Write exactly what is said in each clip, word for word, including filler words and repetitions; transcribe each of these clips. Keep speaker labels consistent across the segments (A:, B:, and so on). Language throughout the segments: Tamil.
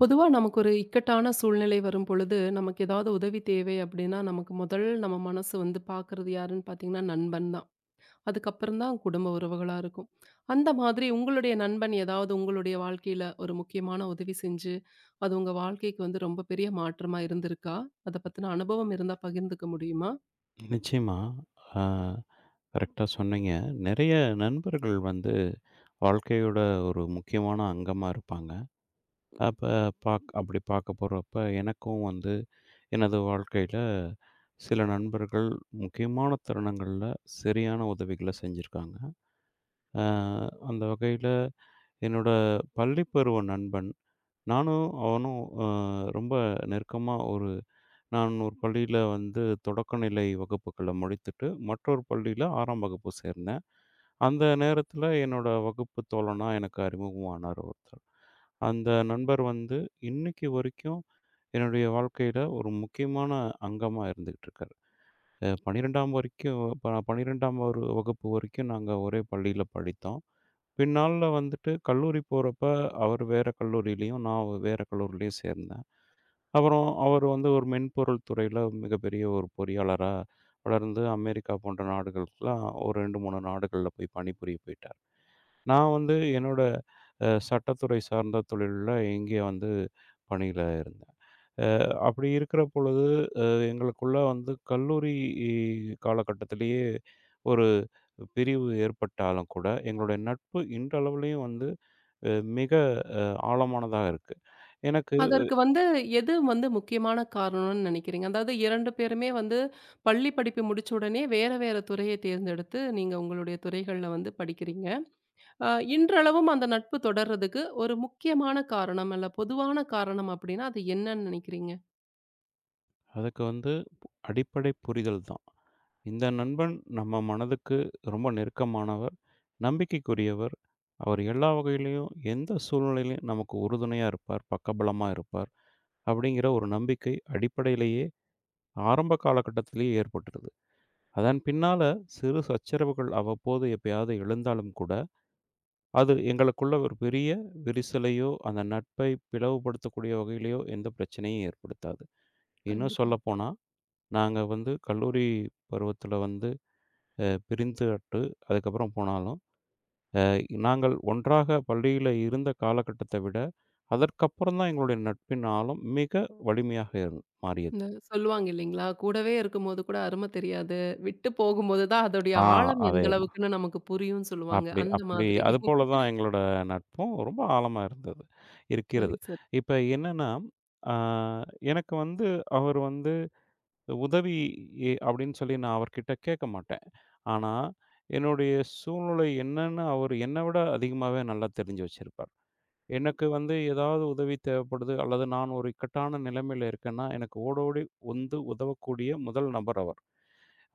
A: பொதுவா நமக்கு ஒரு இக்கட்டான சூழ்நிலை வரும் பொழுது, நமக்கு ஏதாவது உதவி தேவை அப்படின்னா, நமக்கு முதல் நம்ம மனசு வந்து பார்க்குறது யாருன்னு பார்த்தீங்கன்னா, நண்பன் தான். அதுக்கப்புறம் தான் குடும்ப உறவுகளா இருக்கும். அந்த மாதிரி உங்களுடைய நண்பன் ஏதாவது உங்களுடைய வாழ்க்கையில ஒரு முக்கியமான உதவி செஞ்சு, அது உங்க வாழ்க்கைக்கு வந்து ரொம்ப பெரிய மாற்றமா இருந்திருக்கா? அத பத்தின அனுபவம் இருந்தா பகிர்ந்துக்க முடியுமா?
B: நிச்சயமா. அ கரெக்ட்டா சொன்னீங்க. நெறைய நண்பர்கள் வந்து வாழ்க்கையோட ஒரு முக்கியமான அங்கமா இருப்பாங்க. அப்ப பாக் அப்படி பார்க்க போறப்ப, எனக்கும் வந்து எனது வாழ்க்கையில சில நண்பர்கள் முக்கியமான தருணங்கள்ல சரியான உதவிகள செஞ்சிருக்காங்க. அ அந்த வகையில என்னோட பள்ளி பருவ நண்பன் நானும் அவனும் அ ரொம்ப நெருக்கமா ஒரு நான் ஒரு பள்ளியில வந்து தொடக்கநிலை வகுப்புகள முடித்துட்டு, மற்றொரு பள்ளியில ஆறாம் வகுப்பு சேர்ந்தேன். அந்த நேரத்தில என்னோட வகுப்பு தோழனா எனக்கு அறிமுகமானார் ஒருத்தர். அந்த நண்பர் வந்து இன்னைக்கு வரைக்கும் என்னுடைய வாழ்க்கையில ஒரு முக்கியமான அங்கமா இருந்துகிட்டு இருக்காரு. அ பன்னிரண்டாம் வரைக்கும் ப பன்னிரண்டாம் ஒரு வகுப்பு வரைக்கும் நாங்க ஒரே பள்ளியில படித்தோம். பின்னாள்ல வந்துட்டு கல்லூரி போறப்ப, அவரு வேற கல்லூரியிலயும், நான் வேற கல்லூரியிலயும் சேர்ந்தேன். அப்புறம் அவர் வந்து ஒரு மென்பொருள் துறையில மிகப்பெரிய ஒரு பொறியாளரா வளர்ந்து, அமெரிக்கா போன்ற நாடுகளுக்குலாம் ஒரு இரண்டு, மூன்று நாடுகள்ல போய் பணிபுரிய போயிட்டார். நான் வந்து என்னோட அ சட்டத்துறை சார்ந்த தொழில்ல இங்கே வந்து பணியில இருந்தேன். அ அப்படி இருக்கிற பொழுது, அ எங்களுக்குள்ள வந்து கல்லூரி காலகட்டத்திலேயே ஒரு பிரிவு ஏற்பட்டாலும் கூட, எங்களுடைய நட்பு இன்றளவிலயும் வந்து அ மிக ஆழமானதா இருக்கு. எனக்கு
A: அதற்கு வந்து எது வந்து முக்கியமான காரணம்னு நினைக்கிறீங்க? அதாவது இரண்டு பேருமே வந்து பள்ளி படிப்பு முடிச்ச உடனே வேற வேற துறையை தேர்ந்தெடுத்து, நீங்க உங்களுடைய துறைகள்ல வந்து படிக்கிறீங்க. அ இன்றளவும் அந்த நட்பு தொடர்றதுக்கு ஒரு முக்கியமான காரணம் அல்ல, பொதுவான காரணம் அப்படின்னா அது என்னன்னு நினைக்கிறீங்க?
B: அதுக்கு வந்து அடிப்படை புரிதல் தான். இந்த நண்பன் நம்ம மனதுக்கு ரொம்ப நெருக்கமானவர், நம்பிக்கைக்குரியவர். அவர் எல்லா வகையிலயும், எந்த சூழ்நிலையிலும் நமக்கு உறுதுணையா இருப்பார், பக்கபலமா இருப்பார். அப்படிங்கிற ஒரு நம்பிக்கை அடிப்படையிலேயே ஆரம்ப காலகட்டத்திலேயே ஏற்பட்டுருது. அதன் பின்னால சிறு சச்சரவுகள் அவ்வப்போது எப்பயாவது எழுந்தாலும் கூட, அது எங்களுக்குள்ள ஒரு பெரிய விரிசலையோ, அந்த நட்பை பிளவுபடுத்தக்கூடிய வகையிலயோ எந்த பிரச்சனையும் ஏற்படுத்தாது. இன்னும்
A: கண்டிப்பா.
B: சொல்லப்போனா, நாங்க வந்து கல்லூரி பருவத்தில வந்து அ பிரிந்துவிட்டு அதுக்கப்புறம் போனாலும், அ நாங்கள் ஒன்றாக பள்ளியில இருந்த காலகட்டத்தை விட, அதற்கப்புறம் தான் எங்களுடைய நட்பின் ஆழம் மிக வலிமையாக இருந் மாறியது.
A: இந்த சொல்லுவாங்க இல்லைங்களா? கூடவே இருக்கும்போது கூட அரும தெரியாது. விட்டு போகும்போது தான் அதோடைய
B: ஆ
A: ஆழம் எந்த
B: அதேதான்.
A: அளவுக்குன்னு நமக்கு புரியும்னு சொல்லுவாங்க.
B: அப்படி
A: அந்த
B: அப்படி
A: மாதிரி.
B: அதுபோல தான் எங்களோட நட்பும் ரொம்ப ஆழமா இருந்தது
A: சரி,
B: இருக்கிறது.
A: சரி.
B: இப்ப என்னன்னா, ஆ எனக்கு வந்து அவர் வந்து உதவி எ அப்படின்னு சொல்லி நான் அவர்கிட்ட கேட்க மாட்டேன். ஆனா, என்னுடைய சூழ்நிலை என்னன்னு அவர் என்ன விட அதிகமாவே நல்லா தெரிஞ்சு வச்சிருப்பார். எனக்கு வந்து ஏதாவது உதவி தேவைப்படுது அல்லது நான் ஒரு இக்கட்டான நிலைமையில இருக்கேன்னா, எனக்கு ஓடோடி வந்து உதவக்கூடிய முதல் நபர் அவர்.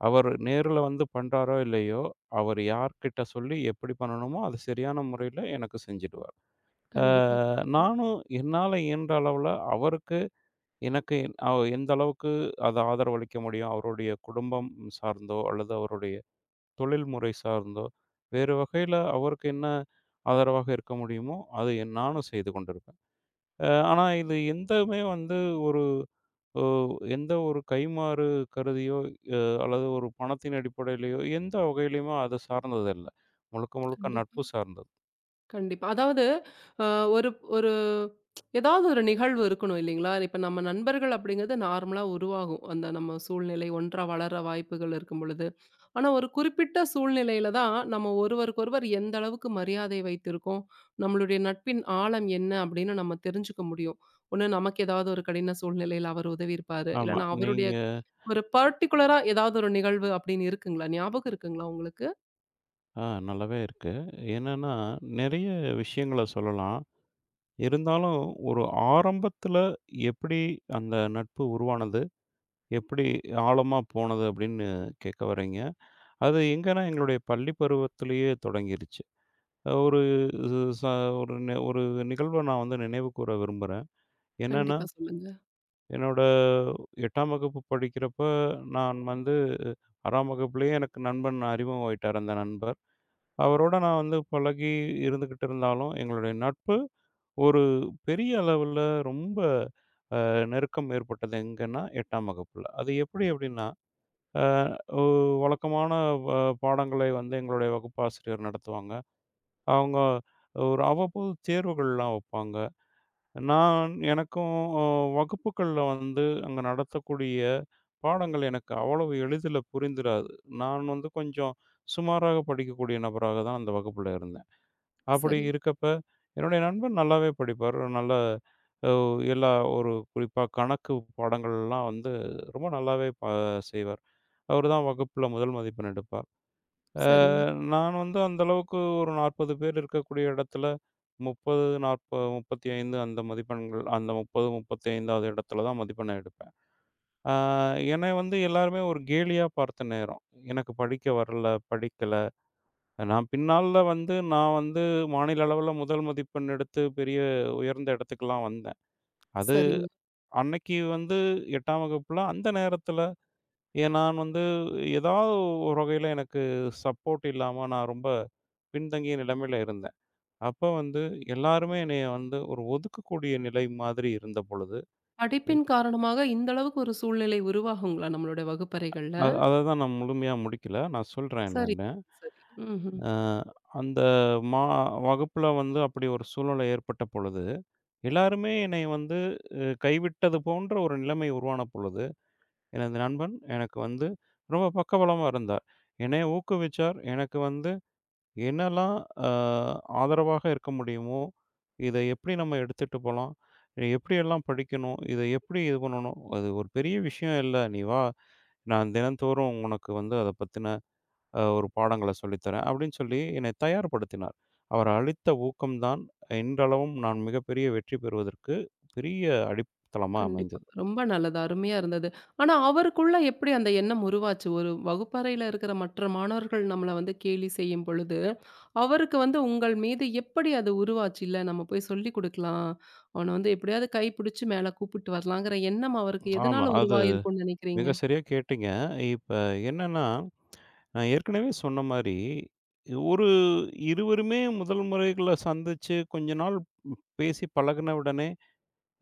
B: அவர் நேர்ல வந்து பண்றாரோ இல்லையோ, அவர் யார்கிட்ட சொல்லி எப்படி பண்ணணுமோ அது சரியான முறையில எனக்கு செஞ்சுடுவார். அ
A: கண்டிப்பா, கண்டிப்பா,
B: நானும் என்னால இயன்ற அளவுல அவருக்கு எனக்கு அவ் எந்த அளவுக்கு அது ஆதரவளிக்க முடியும், அவருடைய குடும்பம் சார்ந்தோ, அல்லது அவருடைய தொழில்முறை சார்ந்தோ, வேறு வகையில அவருக்கு என்ன ஆதரவாக இருக்க முடியுமோ, அது என் நானும் செய்து கொண்டிருப்பேன். அ ஆனா இது எந்தமே வந்து ஒரு ஒ எந்த ஒரு கைமாறு கருதியோ, அ அல்லது ஒரு பணத்தின் அடிப்படையிலயோ, எந்த வகையிலயுமே அது சார்ந்தது இல்ல. முழுக்க முழுக்க நட்பு
A: கண்டிப்பா,
B: சார்ந்தது.
A: கண்டிப்பா. அதாவது அ ஒரு ஒரு ஏதாவது ஒரு நிகழ்வு இருக்கணும் இல்லைங்களா? இப்ப நம்ம நண்பர்கள் அப்படிங்கிறது நார்மலா உருவாகும். அந்த நம்ம சூழ்நிலை ஒன்றா வளர வாய்ப்புகள் இருக்கும் பொழுது. ஆனா, ஒரு குறிப்பிட்ட சூழ்நிலையில தான் நம்ம ஒருவருக்கொருவர் எந்த அளவுக்கு மரியாதை வைத்திருக்கோம், நம்மளுடைய நட்பின் ஆழம் என்ன அப்படின்னு நம்ம தெரிஞ்சுக்க முடியும். ஒண்ணு நமக்கு ஏதாவது ஒரு கடின சூழ்நிலையில அவர் உதவி இருப்பாரு.
B: ஆமா.
A: இல்லன்னா அவருடைய
B: நீங்க
A: ஒரு பர்ட்டிகுலரா ஏதாவது ஒரு நிகழ்வு அப்படின்னு இருக்குங்களா? ஞாபகம் இருக்குங்களா உங்களுக்கு?
B: ஆ நல்லாவே இருக்கு. என்னன்னா, நெறைய விஷயங்கள சொல்லலாம். இருந்தாலும், ஒரு ஆரம்பத்துல எப்படி அந்த நட்பு உருவானது? எப்படி ஆழமா போனது? அப்படின்னு கேட்க வர்றீங்க. அது எங்கன்னா, எங்களுடைய பள்ளி பருவத்திலேயே தொடங்கிருச்சு. அ ஒரு இது ச ஒரு நி ஒரு நிகழ்வ நான் வந்து நினைவு கூற விரும்புறேன். என்னன்னா,
A: கண்டிப்பா சொல்லுங்க.
B: என்னோட எட்டாம் வகுப்பு படிக்கிறப்ப, நான் வந்து ஆறாம் வகுப்புலயே எனக்கு நண்பன் அறிமுகமாயிட்டார் அந்த நண்பர். அவரோட நான் வந்து பழகி இருந்துகிட்டு இருந்தாலும், எங்களுடைய நட்பு ஒரு பெரிய அளவுல ரொம்ப நெருக்கம் ஏற்பட்டது எங்கன்னா எட்டாம் வகுப்புல. அது எப்படி அப்படின்னா, அ ஒ வழக்கமான வ பாடங்களை வந்து எங்களுடைய வகுப்பாசிரியர் நடத்துவாங்க. அவங்க ஒரு அவ்வப்போது தேர்வுகள்லாம் வைப்பாங்க. நான் எனக்கும் அ வகுப்புகள்ல வந்து அங்க நடத்தக்கூடிய பாடங்கள் எனக்கு அவ்வளவு எளிதில புரிந்திராது. நான் வந்து கொஞ்சம் சுமாராக படிக்கக்கூடிய நபராக தான் அந்த வகுப்புல இருந்தேன். அப்படி
A: சரி,
B: இருக்கப்ப, என்னுடைய நண்பன் நல்லாவே படிப்பாரு. நல்ல அ எல்லா ஒரு குறிப்பா கணக்கு பாடங்கள்லாம் வந்து ரொம்ப நல்லாவே ப செய்வார். அவரு தான் வகுப்புல முதல் மதிப்பெண் எடுப்பார். அ
A: சரிங்க,
B: நான் வந்து அந்த அளவுக்கு ஒரு நாற்பது பேர் இருக்கக்கூடிய இடத்துல முப்பது, நாற்பது முப்பத்தி ஐந்து அந்த மதிப்பெண்கள் அந்த முப்பது, முப்பத்தி ஐந்தாவது இடத்துல தான் மதிப்பெண்ண எடுப்பேன். அ என்னைய வந்து எல்லாருமே ஒரு கேலியா பார்த்த நேரம். எனக்கு படிக்க வரல, படிக்கல. நான் பின்னால வந்து நான் வந்து மாநில அளவுல முதல் மதிப்பெண் எடுத்து பெரிய உயர்ந்த இடத்துக்குலாம் வந்தேன். அது
A: சரிங்க.
B: அன்னைக்கு வந்து எட்டாம் வகுப்புல அந்த நேரத்துல ஏ நான் வந்து ஏதாவது ஒரு வகையில எனக்கு சப்போர்ட் இல்லாம நான் ரொம்ப பின்தங்கிய நிலைமையில இருந்தேன். அப்ப வந்து எல்லாருமே என்னைய வந்து ஒரு ஒதுக்கக்கூடிய நிலை மாதிரி இருந்த பொழுது,
A: படிப்பின் காரணமாக இந்த அளவுக்கு ஒரு சூழ்நிலை உருவாகுங்களா நம்மளுடைய வகுப்பறைகள்ல?
B: அத அத தான் நான் முழுமையா முடிக்கல. நான் சொல்றேன்
A: சரி,
B: என்னன்னு.
A: சரி. ம்ஹ்ம்.
B: அ அந்த மா வகுப்புல வந்து அப்படி ஒரு சூழ்நிலை ஏற்பட்ட பொழுது எல்லாருமே என்னை வந்து அ கைவிட்டது போன்ற ஒரு நிலைமை உருவான பொழுது, எனது நண்பன் எனக்கு வந்து ரொம்ப பக்கபலமா இருந்தார். என்னை ஊக்குவிச்சார். எனக்கு வந்து என்னெல்லாம் அ ஆதரவாக இருக்க முடியுமோ, இதை எப்படி நம்ம எடுத்துட்டு போலாம்? எப்படியெல்லாம் படிக்கணும்? இதை எப்படி இது பண்ணணும்? அது ஒரு பெரிய விஷயம் இல்ல. நீ வா! நான் தினந்தோறும் உனக்கு வந்து அத பத்தின அ ஒரு பாடங்கள சொல்லித்தரேன்" அப்படின்னு சொல்லி என்னை தயார்படுத்தினார். அவர் அளித்த ஊக்கம் தான் இன்றளவும் நான் மிகப்பெரிய வெற்றி பெறுவதற்கு பெரிய அடித்தளமா
A: கண்டிப்பா.
B: அமைந்தது.
A: ரொம்ப நல்லது. அருமையா இருந்தது. ஆனா அவருக்குள்ள எப்படி அந்த எண்ணம் உருவாச்சு? ஒரு வகுப்பறையில இருக்கிற மற்ற மாணவர்கள் நம்மள வந்து கேலி செய்யும் பொழுது, அவருக்கு வந்து உங்கள் மீது எப்படி அது உருவாச்சு? இல்ல நம்ம போய் சொல்லிக் குடுக்கலாம். அவன வந்து எப்படியாவது கைப்பிடிச்சு மேல கூப்பிட்டு வரலாங்கிற எண்ணம் அவருக்கு எதனால
B: ஆமா. அது
A: உருவாயிருக்கும்னு நினைக்கிறீங்க?
B: மிக சரியா கேட்டீங்க. இப்ப என்னன்னா, நான் ஏற்கனவே சொன்ன மாரி, ஒரு இருவருமே முதல் முறைகள்ல சந்திச்சு கொஞ்ச நாள் பேசி பழகுன உடனே,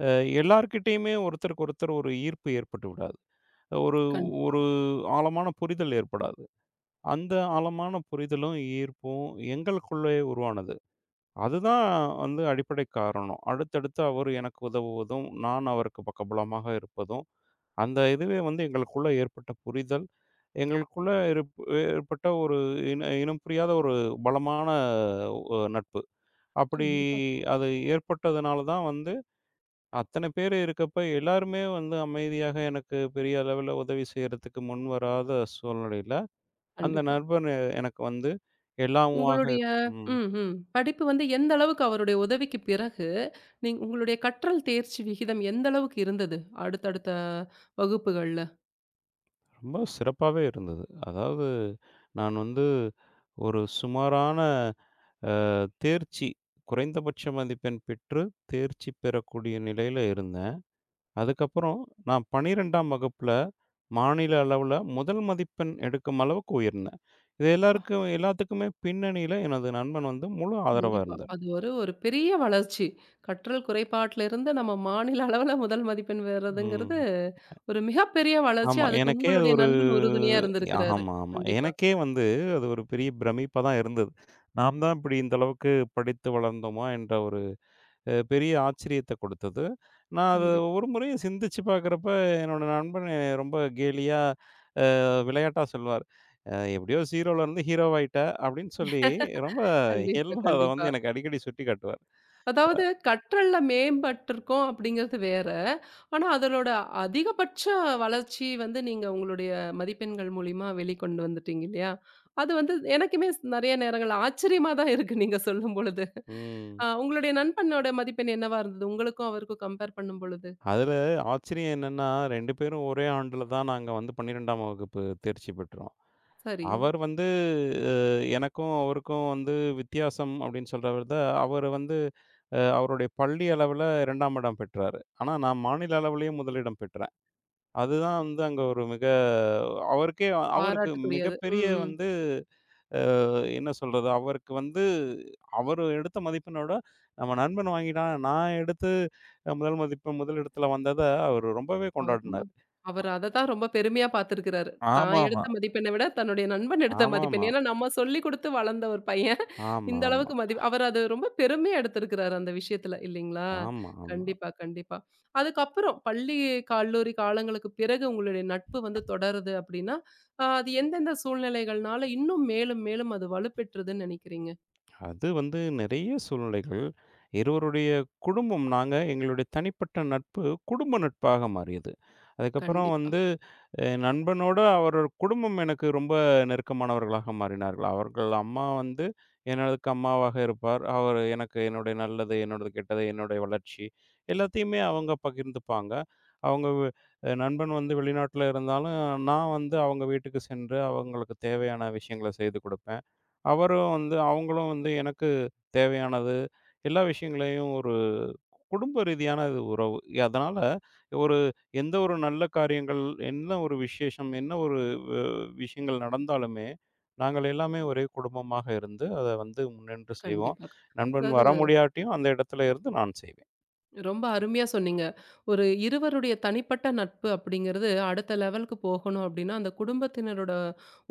B: அ எல்லார்கிட்டயுமே ஒருத்தருக்கு ஒருத்தர் ஒரு ஈர்ப்பு ஏற்பட்டு விடாது. ஒரு
A: கண்டிப்பா.
B: ஒரு ஆழமான புரிதல் ஏற்படாது. அந்த ஆழமான புரிதலும், ஈர்ப்பும் எங்களுக்குள்ளே உருவானது. அதுதான் வந்து அடிப்படை காரணம். அடுத்தடுத்து அவர் எனக்கு உதவுவதும், நான் அவருக்கு பக்கபலமாக இருப்பதும், அந்த இதுவே வந்து எங்களுக்குள்ள ஏற்பட்ட புரிதல், எங்களுக்குள்ள இருப் ஏற்பட்ட ஒரு இன இனம் புரியாத ஒரு பலமான ஒ நட்பு. அப்படி
A: கண்டிப்பா, கண்டிப்பா,
B: அது ஏற்பட்டதுனால தான் வந்து அத்தன பேர் இருக்கப்ப எல்லாருமே வந்து அமைதியாக எனக்கு பெரிய அளவில உதவி செய்றதுக்கு முன்வராத சூழ்நிலையில அந்த
A: கண்டிப்பா.
B: நண்பன் எ- எனக்கு வந்து எல்லாமுமாக
A: உங்களுடைய
B: ம்.
A: ம், ம். படிப்பு வந்து எந்த அளவுக்கு அவருடைய உதவிக்கு பிறகு, நீங்க உங்களுடைய கற்றல் தேர்ச்சி விகிதம் எந்த அளவுக்கு இருந்தது? அடுத்தடுத்த வகுப்புகள்ல?
B: ரொம்ப சிறப்பாவே இருந்தது. அதாவது நான் வந்து ஒரு சுமாரான அ தேர்ச்சி குறைந்தபட்ச மதிப்பெண் பெற்று தேர்ச்சி பெறக்கூடிய நிலையில இருந்தேன். அதுக்கப்புறம் நான் பன்னிரண்டாம் வகுப்புல மாநில அளவுல முதல் மதிப்பெண் எடுக்கும் அளவுக்கு உயர்ந்தேன். இது
A: அப்பா!
B: எல்லாருக்கும் எல்லாத்துக்குமே பின்னணியில எனது நண்பன் வந்து முழு ஆதரவா
A: கண்டிப்பா.
B: இருந்தார்.
A: அது ஒரு ஒரு பெரிய வளர்ச்சி. கற்றல் குறைபாட்டுல இருந்து நம்ம மாநில அளவுல முதல் மதிப்பெண் பெறதுங்கிறது
B: ம்.
A: ஒரு மிகப்பெரிய வளர்ச்சி.
B: ஆமா.
A: அதுக்கு
B: எனக்கே அது
A: உங்களுடைய
B: ஒரு
A: நண்பன் உறுதுணையா இருந்திருக்கிறாரு.
B: ஆமா, ஆமா.
A: கண்டிப்பா,
B: எனக்கே வந்து அது ஒரு பெரிய பிரமிப்பா தான் இருந்தது. நாம் தான் இப்படி இந்த அளவுக்கு படித்து வளர்ந்தோமா என்ற ஒரு அ பெரிய ஆச்சரியத்த கொடுத்தது. நான் அத
A: கண்டிப்பா,
B: ஒரு முறை சிந்திச்சு பார்க்குறப்ப, என்னோட நண்பன் என்னை ரொம்ப கேலியா அ விளையாட்டா சொல்வார். "அ எப்படியோ ஜீரோல இருந்து ஹீரோவ் ஆயிட்ட" அப்படின்னு சொல்லி ரொம்ப
A: கண்டிப்பா,
B: இயல்பா அத
A: கண்டிப்பா.
B: வந்து எனக்கு அடிக்கடி சுட்டிக்காட்டுவார்.
A: அதாவது கற்றல்ல மேம்பட்டிருக்கோம் அப்படிங்கிறது வேற. ஆனா, அதனோட அதிகபட்ச வளர்ச்சி வந்து நீங்க உங்களுடைய மதிப்பெண்கள் மூலியமா வெளிக்கொண்டு வந்துட்டீங்க இல்லையா? அது வந்து எனக்குமே ஸ் நெறைய நேரங்கள்ல ஆச்சரியமா தான் இருக்கு நீங்க சொல்லும் பொழுது.
B: ம்.
A: அ உங்களுடைய நண்பனோட மதிப்பெண் என்னவா இருந்தது? உங்களுக்கும் அவருக்கும் கம்பேர் பண்ணும் பொழுது?
B: அதுல ஆச்சரியம் என்னன்னா, இரண்டு பேரும் ஒரே ஆண்டுல தான் நாங்க வந்து பன்னிரண்டாம் வகுப்பு தேர்ச்சி பெற்றோம்.
A: சரி.
B: அவர் வந்து அ எனக்கும் அவருக்கும் வந்து வித்தியாசம் அப்படின்னு சொல்றவர் தான், அவரு வந்து அ அவருடைய பள்ளி அளவுல இரண்டாம் இடம் பெற்றாரு. ஆனா நான் மாநில அளவிலேயும் முதலிடம் பெற்றேன். அதுதான் வந்து அங்க ஒரு மிக அவருக்கே அவருக்கு
A: பாராட்டுக்குரியது. ம்,
B: மிகப்பெரிய
A: ம்.
B: வந்து அ என்ன சொல்றது, அவருக்கு வந்து அவரு எடுத்த மதிப்பெண்ணோட நம்ம நண்பன் வாங்கிட்டான், நான் எடுத்து அஹ், முதல் மதிப்பு முதலிடத்துல வந்தத அவரு ரொம்பவே
A: அவர் ரொம்ப
B: கொண்டாடினாரு.
A: அவர் அத தான் ரொம்ப பெருமையா பார்த்திருக்கிறாரு. தான்
B: ஆமாமா.
A: எடுத்த மதிப்பெண்ண விட தன்னுடைய நண்பன் எடுத்த மதிப்பெண்.
B: ஆமாமா.
A: ஏன்னா, நம்ம சொல்லிக் குடுத்து வளர்ந்த ஒரு பையன்.
B: ஆமா,
A: இந்த
B: ஆமா.
A: அளவுக்கு மதி அவர் அது ரொம்ப பெருமையா எடுத்திருக்கிறாரு அந்த விஷயத்துல இல்லைங்களா?
B: ஆமா, ஆமா.
A: கண்டிப்பா, கண்டிப்பா. அதுக்கப்புறம் பள்ளி, கல்லூரி காலங்களுக்கு பிறகு உங்களுடைய நட்பு வந்து தொடருது அப்படின்னா, அ அது எந்தெந்த சூழ்நிலைகள்னால இன்னும் மேலும், மேலும் அது வலுப்பெற்றதுன்னு நினைக்கிறீங்க?
B: அது வந்து நெறைய சூழ்நிலைகள். இருவருடைய குடும்பம் நாங்க எங்களுடைய தனிப்பட்ட நட்பு, குடும்ப நட்பாக மாறியது. அதுக்கப்புறம்
A: கண்டிப்பா,
B: வந்து அ நண்பனோட அவரோட குடும்பம் எனக்கு ரொம்ப நெருக்கமானவர்களாக மாறினார்கள். அவர்கள் அம்மா வந்து எனக்கு அம்மாவாக இருப்பார். அவர் எனக்கு என்னுடைய நல்லது, என்னோடது கெட்டது, என்னுடைய வளர்ச்சி எல்லாத்தையுமே அவங்க பகிர்ந்துப்பாங்க. அவங்க வ் நண்பன் வந்து வெளிநாட்ல இருந்தாலும், நான் வந்து அவங்க வீட்டுக்கு சென்று அவங்களுக்கு தேவையான விஷயங்கள செய்து கொடுப்பேன். அவரும் வந்து அவங்களும் வந்து எனக்கு தேவையானது, எல்லா விஷயங்களையும் ஒரு குடும்ப ரீதியான இது உறவு. அதனால ஒரு எந்த ஒரு நல்ல காரியங்கள், என்ன ஒரு விசேஷம், என்ன ஒரு வ விஷயங்கள் நடந்தாலுமே, நாங்கள் எல்லாமே ஒரே குடும்பமாக இருந்து, அத வந்து முன்னின்று செய்வோம்.
A: கண்டிப்பா.
B: நண்பன்
A: அதாவது
B: வர முடியாட்டியும் அந்த இடத்துல இருந்து நான் செய்வேன்.
A: ரொம்ப அருமையா சொன்னீங்க. ஒரு இருவருடைய தனிப்பட்ட நட்பு அப்படிங்கிறது அடுத்த லெவலுக்கு போகணும் அப்படின்னா, அந்த குடும்பத்தினரோட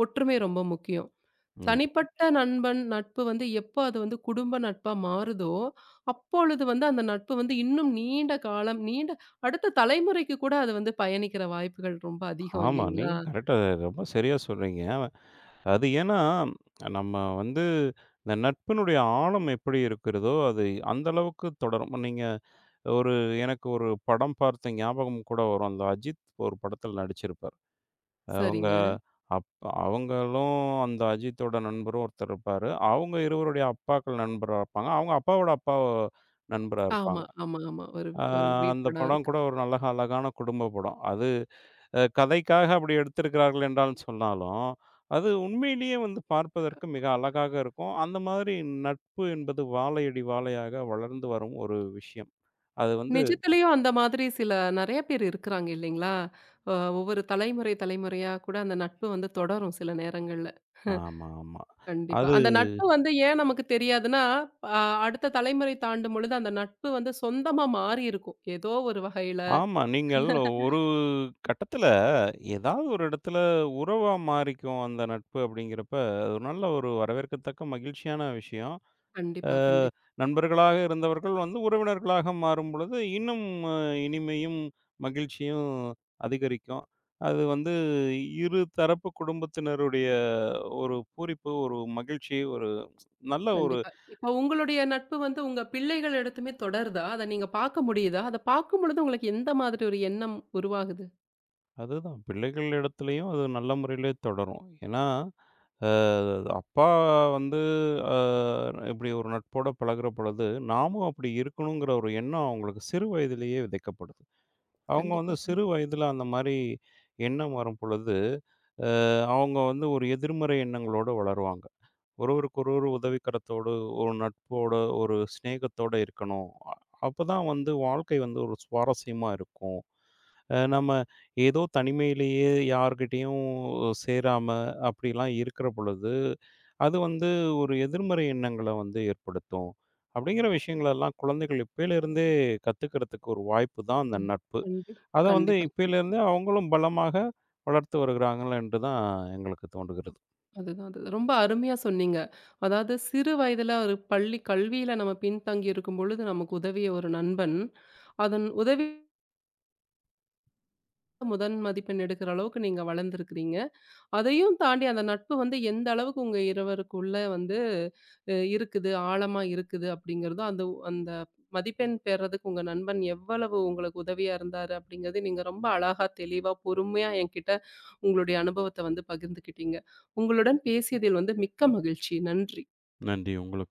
A: ஒற்றுமை ரொம்ப முக்கியம்.
B: ம்.
A: தனிப்பட்ட நண்பன், நட்பு வந்து எப்போ அது வந்து குடும்ப நட்பா மாறுதோ, அப்பொழுது வந்து அந்த நட்பு வந்து இன்னும் நீண்ட காலம், நீண்ட அடுத்த தலைமுறைக்கு கூட அது வந்து பயணிக்கிற வாய்ப்புகள் ரொம்ப அதிகம்
B: ஆமா.
A: இல்லைங்களா?
B: நீங்க கரெக்ட்டா ரொம்ப சரியா சொல்றீங்க. அது ஏன்னா, நம்ம வந்து இந்த நட்பினுடைய ஆழம் எப்படி இருக்கிறதோ, அது அந்த அளவுக்கு தொடரும். நீங்க ஒரு எனக்கு ஒரு படம் பார்த்த ஞாபகம் கூட வரும். அந்த அஜித் ஒரு படத்துல நடிச்சிருப்பார். அவங்க
A: சரிங்க.
B: அப் அவங்களும் அந்த அஜித்தோட நண்பரும் ஒருத்தர் இருப்பாரு. அவங்க இருவருடைய அப்பாக்கள் நண்பரா இருப்பாங்க. அவங்க அப்பாவோட அப்பா நண்பரா
A: ஆமா,
B: இருப்பாங்க.
A: ஆமா, ஆமா. ஒரு
B: அ
A: ஒரு
B: அந்த
A: வீழ்படம்
B: படம்
A: இருக்கு.
B: கூட ஒரு நல்ல அழகான குடும்ப படம். அது அ கதைக்காக அப்படி எடுத்திருக்கிறார்கள் என்றாலும் சொன்னாலும், அது உண்மையிலேயே வந்து பார்ப்பதற்கு மிக அழகாக இருக்கும். அந்த மாதிரி நட்பு என்பது வாழையடி வாழையாக வளர்ந்து வரும் ஒரு விஷயம். அது வந்து
A: நிஜத்திலயும் அந்த மாதிரி சில நெறைய பேர் இருக்கிறாங்க இல்லைங்களா? அ ஒவ்வொரு தலைமுறை தலைமுறையா கூட அந்த நட்பு வந்து தொடரும் சில நேரங்கள்ல.
B: ஆமா, ஆமா.
A: கண்டிப்பா.
B: அது
A: அந்த நட்பு வந்து ஏன் நமக்கு தெரியாதுன்னா, அ அடுத்த தலைமுறை தாண்டும் பொழுது அந்த நட்பு வந்து சொந்தமா மாறியிருக்கும். ஏதோ ஒரு வகையில.
B: ஆமா. நீங்கள் ஒரு கட்டத்தில ஏதாவது ஒரு இடத்துல உறவா மாறிக்கும் அந்த நட்பு அப்படிங்கிறப்ப, அது ஒரு நல்ல ஒரு வரவேற்கத்தக்க மகிழ்ச்சியான விஷயம். அ
A: கண்டிப்பா, கண்டிப்பா,
B: நண்பர்களாக இருந்தவர்கள் வந்து உறவினர்களாக மாறும் பொழுது, இன்னும் அ இனிமையும், மகிழ்ச்சியும் அதிகரிக்கும். அது வந்து இரு தரப்பு குடும்பத்தினருடைய ஒரு பூரிப்பு, ஒரு மகிழ்ச்சி, ஒரு நல்ல ஒரு
A: கண்டிப்பா. இப்ப உங்களுடைய நட்பு வந்து உங்க பிள்ளைகள் இடத்துமே தொடருதா? அத நீங்க பார்க்க முடியுதா? அத பார்க்கும் பொழுது உங்களுக்கு எந்த மாதிரி ஒரு எண்ணம் உருவாகுது?
B: அதுதான் பிள்ளைகள் இடத்துலயும் அது நல்ல முறையிலே தொடரும். ஏன்னா, அ அப்பா வந்து அ இப்படி ஒரு நட்போட பழகுற பொழுது, நாமும் அப்படி இருக்கணுங்கிற ஒரு எண்ணம் அவங்களுக்கு சிறு வயதிலேயே விதைக்கப்படும். அவங்க
A: கண்டிப்பா,
B: வந்து சிறு
A: கண்டிப்பா.
B: வயதில அந்த மாரி எண்ணம் வரும் பொழுது, அஹ் அவங்க வந்து ஒரு எதிர்மறை எண்ணங்களோட வளருவாங்க. ஒருவருக்கொருவர் உதவிக்கரத்தோடு, ஒரு நட்போட, ஒரு சிநேகத்தோட இருக்கணும். அ அப்பதான் வந்து வாழ்க்கை வந்து ஒரு சுவாரஸ்யமா இருக்கும். அ நம்ம ஏதோ தனிமையிலேயே யார்கிட்டயும் சேராம அப்படிலாம் இருக்கிற பொழுது, அது வந்து ஒரு எதிர்மறை எண்ணங்கள வந்து ஏற்படுத்தும். அப்படிங்கிற விஷயங்களெல்லாம் குழந்தைகள் இப்பயிலிருந்தே கத்துக்கிறதுக்கு ஒரு வாய்ப்பு தான் அந்த
A: ம்.
B: நட்பு.
A: கண்டிப்பா,
B: அத வந்து
A: கண்டிப்பா, கண்டிப்பா.
B: இப்பயிலேருந்தே அவங்களும் பலமாக வளர்த்து வருகிறார்கள் என்று தான் எங்களுக்கு தோன்றுகிறது.
A: அதுதான் அது. ரொம்ப அருமையா சொன்னீங்க. அதாவது சிறு வயதில ஒரு பள்ளி கல்வியில நம்ம பின்தங்கி இருக்கும் பொழுது நமக்கு உதவிய ஒரு நண்பன், அதன் உதவி முதல் மதிப்பெண் எடுக்கிற அளவுக்கு நீங்க வளர்ந்துருக்கிறீங்க. அதையும் தாண்டி அந்த நட்பு வந்து எந்த அளவுக்கு உங்க இருவருக்குள்ள வந்து அ இருக்குது, ஆழமா இருக்குது அப்படிங்கிறதும், அந்த அந்த மதிப்பெண் பெறதுக்கு உங்க நண்பன் எவ்வளவு உங்களுக்கு உதவியா இருந்தாரு அப்படிங்கிறது நீங்க ரொம்ப அழகா, தெளிவா, பொறுமையா என்கிட்ட உங்களுடைய அனுபவத்த வந்து பகிர்ந்துக்கிட்டீங்க. உங்களுடன் பேசியதில் வந்து மிக்க மகிழ்ச்சி. நன்றி.
B: நன்றி உங்களுக்கு.